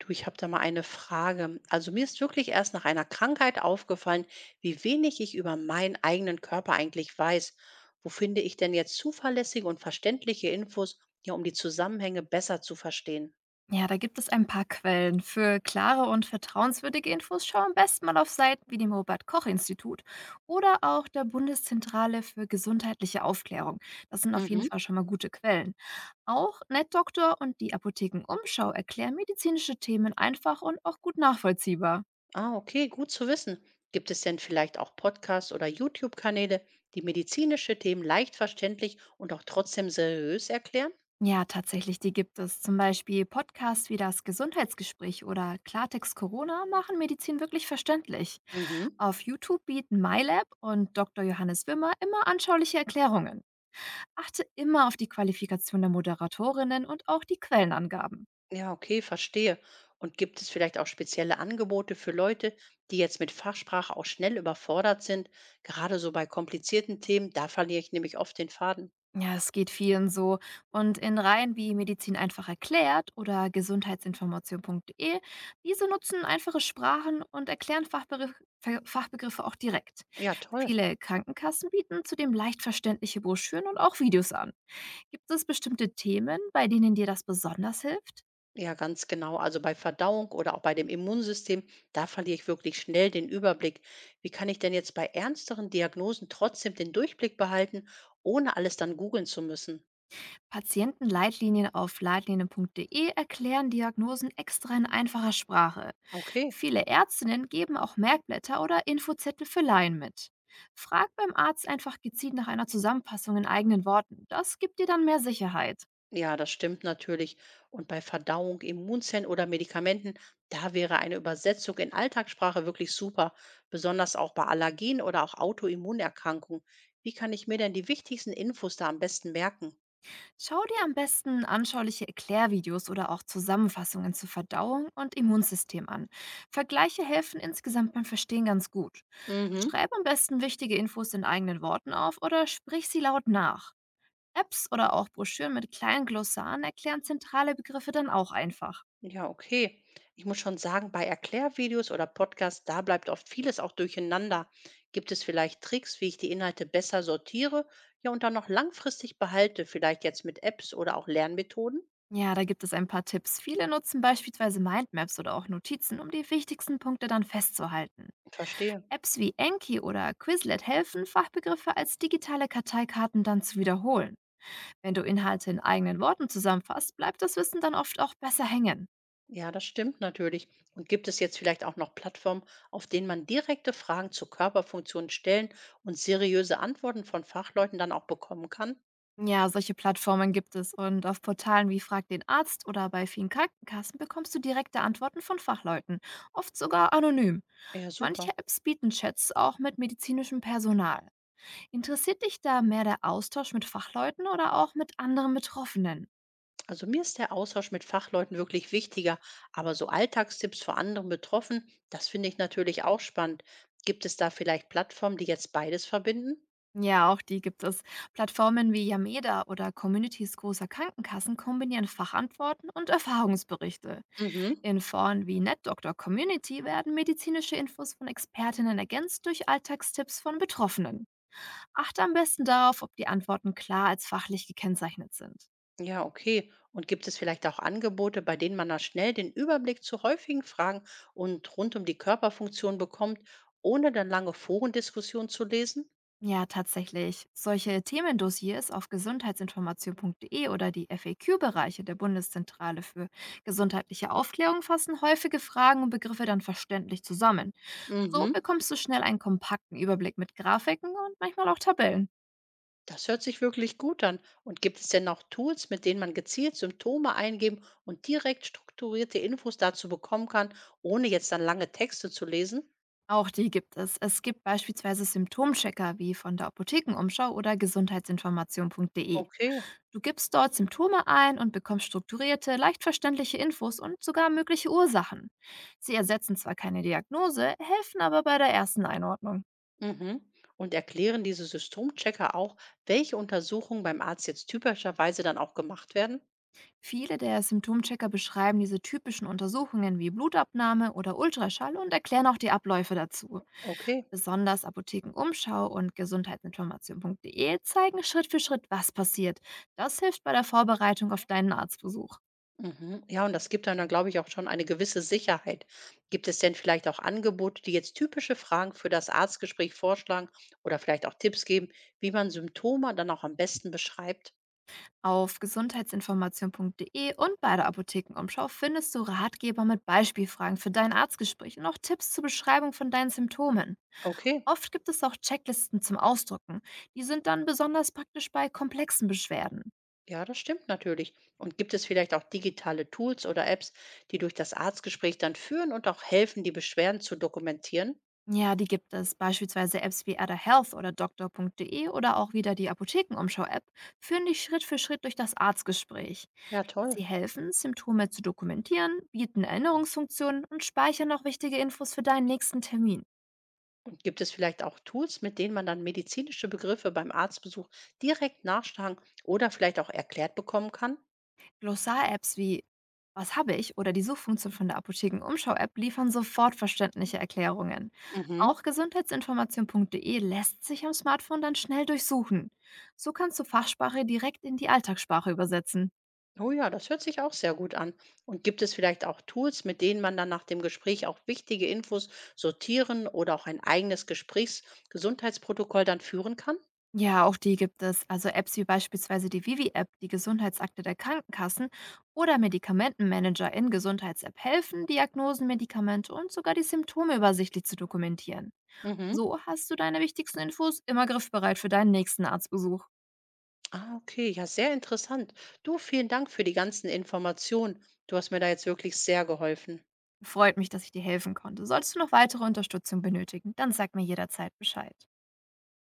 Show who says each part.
Speaker 1: Du, ich habe da mal eine Frage. Also mir ist wirklich erst nach einer Krankheit aufgefallen, wie wenig ich über meinen eigenen Körper eigentlich weiß. Wo finde ich denn jetzt zuverlässige und verständliche Infos, ja, um die Zusammenhänge besser zu verstehen?
Speaker 2: Ja, da gibt es ein paar Quellen. Für klare und vertrauenswürdige Infos schau am besten mal auf Seiten wie dem Robert-Koch-Institut oder auch der Bundeszentrale für gesundheitliche Aufklärung. Das sind auf jeden
Speaker 1: Mhm.
Speaker 2: Fall schon mal gute Quellen. Auch NetDoktor und die Apotheken Umschau erklären medizinische Themen einfach und auch gut nachvollziehbar.
Speaker 1: Ah, okay, gut zu wissen. Gibt es denn vielleicht auch Podcasts oder YouTube-Kanäle, die medizinische Themen leicht verständlich und auch trotzdem seriös erklären?
Speaker 2: Ja, tatsächlich, die gibt es. Zum Beispiel Podcasts wie das Gesundheitsgespräch oder Klartext Corona machen Medizin wirklich verständlich.
Speaker 1: Mhm.
Speaker 2: Auf YouTube bieten MyLab und Dr. Johannes Wimmer immer anschauliche Erklärungen. Achte immer auf die Qualifikation der Moderatorinnen und auch die Quellenangaben.
Speaker 1: Ja, okay, verstehe. Und gibt es vielleicht auch spezielle Angebote für Leute, die jetzt mit Fachsprache auch schnell überfordert sind? Gerade so bei komplizierten Themen, da verliere ich nämlich oft den Faden.
Speaker 2: Ja, es geht vielen so. Und in Reihen wie Medizin einfach erklärt oder gesundheitsinformation.de, diese nutzen einfache Sprachen und erklären Fachbegriff, Fachbegriffe auch direkt.
Speaker 1: Ja, toll.
Speaker 2: Viele Krankenkassen bieten zudem leicht verständliche Broschüren und auch Videos an. Gibt es bestimmte Themen, bei denen dir das besonders hilft?
Speaker 1: Ja, ganz genau. Also bei Verdauung oder auch bei dem Immunsystem, da verliere ich wirklich schnell den Überblick. Wie kann ich denn jetzt bei ernsteren Diagnosen trotzdem den Durchblick behalten, ohne alles dann googeln zu müssen?
Speaker 2: Patientenleitlinien auf leitlinien.de erklären Diagnosen extra in einfacher Sprache.
Speaker 1: Okay.
Speaker 2: Viele Ärztinnen geben auch Merkblätter oder Infozettel für Laien mit. Frag beim Arzt einfach gezielt nach einer Zusammenfassung in eigenen Worten. Das gibt dir dann mehr Sicherheit.
Speaker 1: Ja, das stimmt natürlich. Und bei Verdauung, Immunzellen oder Medikamenten, da wäre eine Übersetzung in Alltagssprache wirklich super, besonders auch bei Allergien oder auch Autoimmunerkrankungen. Wie kann ich mir denn die wichtigsten Infos da am besten merken?
Speaker 2: Schau dir am besten anschauliche Erklärvideos oder auch Zusammenfassungen zur Verdauung und Immunsystem an. Vergleiche helfen insgesamt beim Verstehen ganz gut.
Speaker 1: Mhm.
Speaker 2: Schreib am besten wichtige Infos in eigenen Worten auf oder sprich sie laut nach. Apps oder auch Broschüren mit kleinen Glossaren erklären zentrale Begriffe dann auch einfach.
Speaker 1: Ja, okay. Ich muss schon sagen, bei Erklärvideos oder Podcasts, da bleibt oft vieles auch durcheinander. Gibt es vielleicht Tricks, wie ich die Inhalte besser sortiere, ja, und dann noch langfristig behalte, vielleicht jetzt mit Apps oder auch Lernmethoden?
Speaker 2: Ja, da gibt es ein paar Tipps. Viele nutzen beispielsweise Mindmaps oder auch Notizen, um die wichtigsten Punkte dann festzuhalten.
Speaker 1: Verstehe.
Speaker 2: Apps wie Enki oder Quizlet helfen, Fachbegriffe als digitale Karteikarten dann zu wiederholen. Wenn du Inhalte in eigenen Worten zusammenfasst, bleibt das Wissen dann oft auch besser hängen.
Speaker 1: Ja, das stimmt natürlich. Und gibt es jetzt vielleicht auch noch Plattformen, auf denen man direkte Fragen zu Körperfunktionen stellen und seriöse Antworten von Fachleuten dann auch bekommen kann?
Speaker 2: Ja, solche Plattformen gibt es und auf Portalen wie Frag den Arzt oder bei vielen Krankenkassen bekommst du direkte Antworten von Fachleuten, oft sogar anonym.
Speaker 1: Ja,
Speaker 2: Manche
Speaker 1: super.
Speaker 2: Apps bieten Chats auch mit medizinischem Personal. Interessiert dich da mehr der Austausch mit Fachleuten oder auch mit anderen Betroffenen?
Speaker 1: Also mir ist der Austausch mit Fachleuten wirklich wichtiger, aber so Alltagstipps für andere betroffen, das finde ich natürlich auch spannend. Gibt es da vielleicht Plattformen, die jetzt beides verbinden?
Speaker 2: Ja, auch die gibt es. Plattformen wie Yameda oder Communities großer Krankenkassen kombinieren Fachantworten und Erfahrungsberichte.
Speaker 1: Mhm.
Speaker 2: In Foren wie NetDoctor Community werden medizinische Infos von Expertinnen ergänzt durch Alltagstipps von Betroffenen. Achte am besten darauf, ob die Antworten klar als fachlich gekennzeichnet sind.
Speaker 1: Ja, okay. Und gibt es vielleicht auch Angebote, bei denen man da schnell den Überblick zu häufigen Fragen und rund um die Körperfunktion bekommt, ohne dann lange Forendiskussionen zu lesen?
Speaker 2: Ja, tatsächlich. Solche Themendossiers auf gesundheitsinformation.de oder die FAQ-Bereiche der Bundeszentrale für gesundheitliche Aufklärung fassen häufige Fragen und Begriffe dann verständlich zusammen. So
Speaker 1: Mhm.
Speaker 2: bekommst du schnell einen kompakten Überblick mit Grafiken und manchmal auch Tabellen.
Speaker 1: Das hört sich wirklich gut an. Und gibt es denn auch Tools, mit denen man gezielt Symptome eingeben und direkt strukturierte Infos dazu bekommen kann, ohne jetzt dann lange Texte zu lesen?
Speaker 2: Auch die gibt es. Es gibt beispielsweise Symptomchecker wie von der Apothekenumschau oder gesundheitsinformation.de.
Speaker 1: Okay.
Speaker 2: Du gibst dort Symptome ein und bekommst strukturierte, leicht verständliche Infos und sogar mögliche Ursachen. Sie ersetzen zwar keine Diagnose, helfen aber bei der ersten Einordnung.
Speaker 1: Mhm. Und erklären diese Symptomchecker auch, welche Untersuchungen beim Arzt jetzt typischerweise dann auch gemacht werden?
Speaker 2: Viele der Symptomchecker beschreiben diese typischen Untersuchungen wie Blutabnahme oder Ultraschall und erklären auch die Abläufe dazu.
Speaker 1: Okay.
Speaker 2: Besonders Apothekenumschau und gesundheitsinformation.de zeigen Schritt für Schritt, was passiert. Das hilft bei der Vorbereitung auf deinen Arztbesuch.
Speaker 1: Mhm. Ja, und das gibt dann, glaube ich, auch schon eine gewisse Sicherheit. Gibt es denn vielleicht auch Angebote, die jetzt typische Fragen für das Arztgespräch vorschlagen oder vielleicht auch Tipps geben, wie man Symptome dann auch am besten beschreibt?
Speaker 2: Auf gesundheitsinformation.de und bei der Apothekenumschau findest du Ratgeber mit Beispielfragen für dein Arztgespräch und auch Tipps zur Beschreibung von deinen Symptomen.
Speaker 1: Okay,
Speaker 2: Oft gibt es auch Checklisten zum Ausdrucken. Die sind dann besonders praktisch bei komplexen Beschwerden.
Speaker 1: ja, das stimmt natürlich. Und gibt es vielleicht auch digitale Tools oder Apps, die durch das Arztgespräch dann führen und auch helfen, die Beschwerden zu dokumentieren?
Speaker 2: Ja, die gibt es. Beispielsweise Apps wie Ada Health oder Doktor.de oder auch wieder die Apothekenumschau-App führen dich Schritt für Schritt durch das Arztgespräch.
Speaker 1: Ja, toll.
Speaker 2: Sie helfen, Symptome zu dokumentieren, bieten Erinnerungsfunktionen und speichern noch wichtige Infos für deinen nächsten Termin.
Speaker 1: Und gibt es vielleicht auch Tools, mit denen man dann medizinische Begriffe beim Arztbesuch direkt nachschlagen oder vielleicht auch erklärt bekommen kann?
Speaker 2: Glossar-Apps wie Was habe ich oder die Suchfunktion von der Apothekenumschau-App liefern sofort verständliche Erklärungen. Auch
Speaker 1: Mhm.
Speaker 2: gesundheitsinformation.de lässt sich am Smartphone dann schnell durchsuchen. So kannst du Fachsprache direkt in die Alltagssprache übersetzen.
Speaker 1: Oh ja, das hört sich auch sehr gut an. Und gibt es vielleicht auch Tools, mit denen man dann nach dem Gespräch auch wichtige Infos sortieren oder auch ein eigenes Gesprächsgesundheitsprotokoll dann führen kann?
Speaker 2: Ja, auch die gibt es. Also Apps wie beispielsweise die Vivi-App, die Gesundheitsakte der Krankenkassen oder Medikamentenmanager in Gesundheits-App helfen, Diagnosen, Medikamente und sogar die Symptome übersichtlich zu dokumentieren.
Speaker 1: Mhm.
Speaker 2: So hast du deine wichtigsten Infos immer griffbereit für deinen nächsten Arztbesuch.
Speaker 1: Ah, okay, ja, sehr interessant. Du, vielen Dank für die ganzen Informationen. Du hast mir da jetzt wirklich sehr geholfen.
Speaker 2: Freut mich, dass ich dir helfen konnte. Solltest du noch weitere Unterstützung benötigen, dann sag mir jederzeit Bescheid.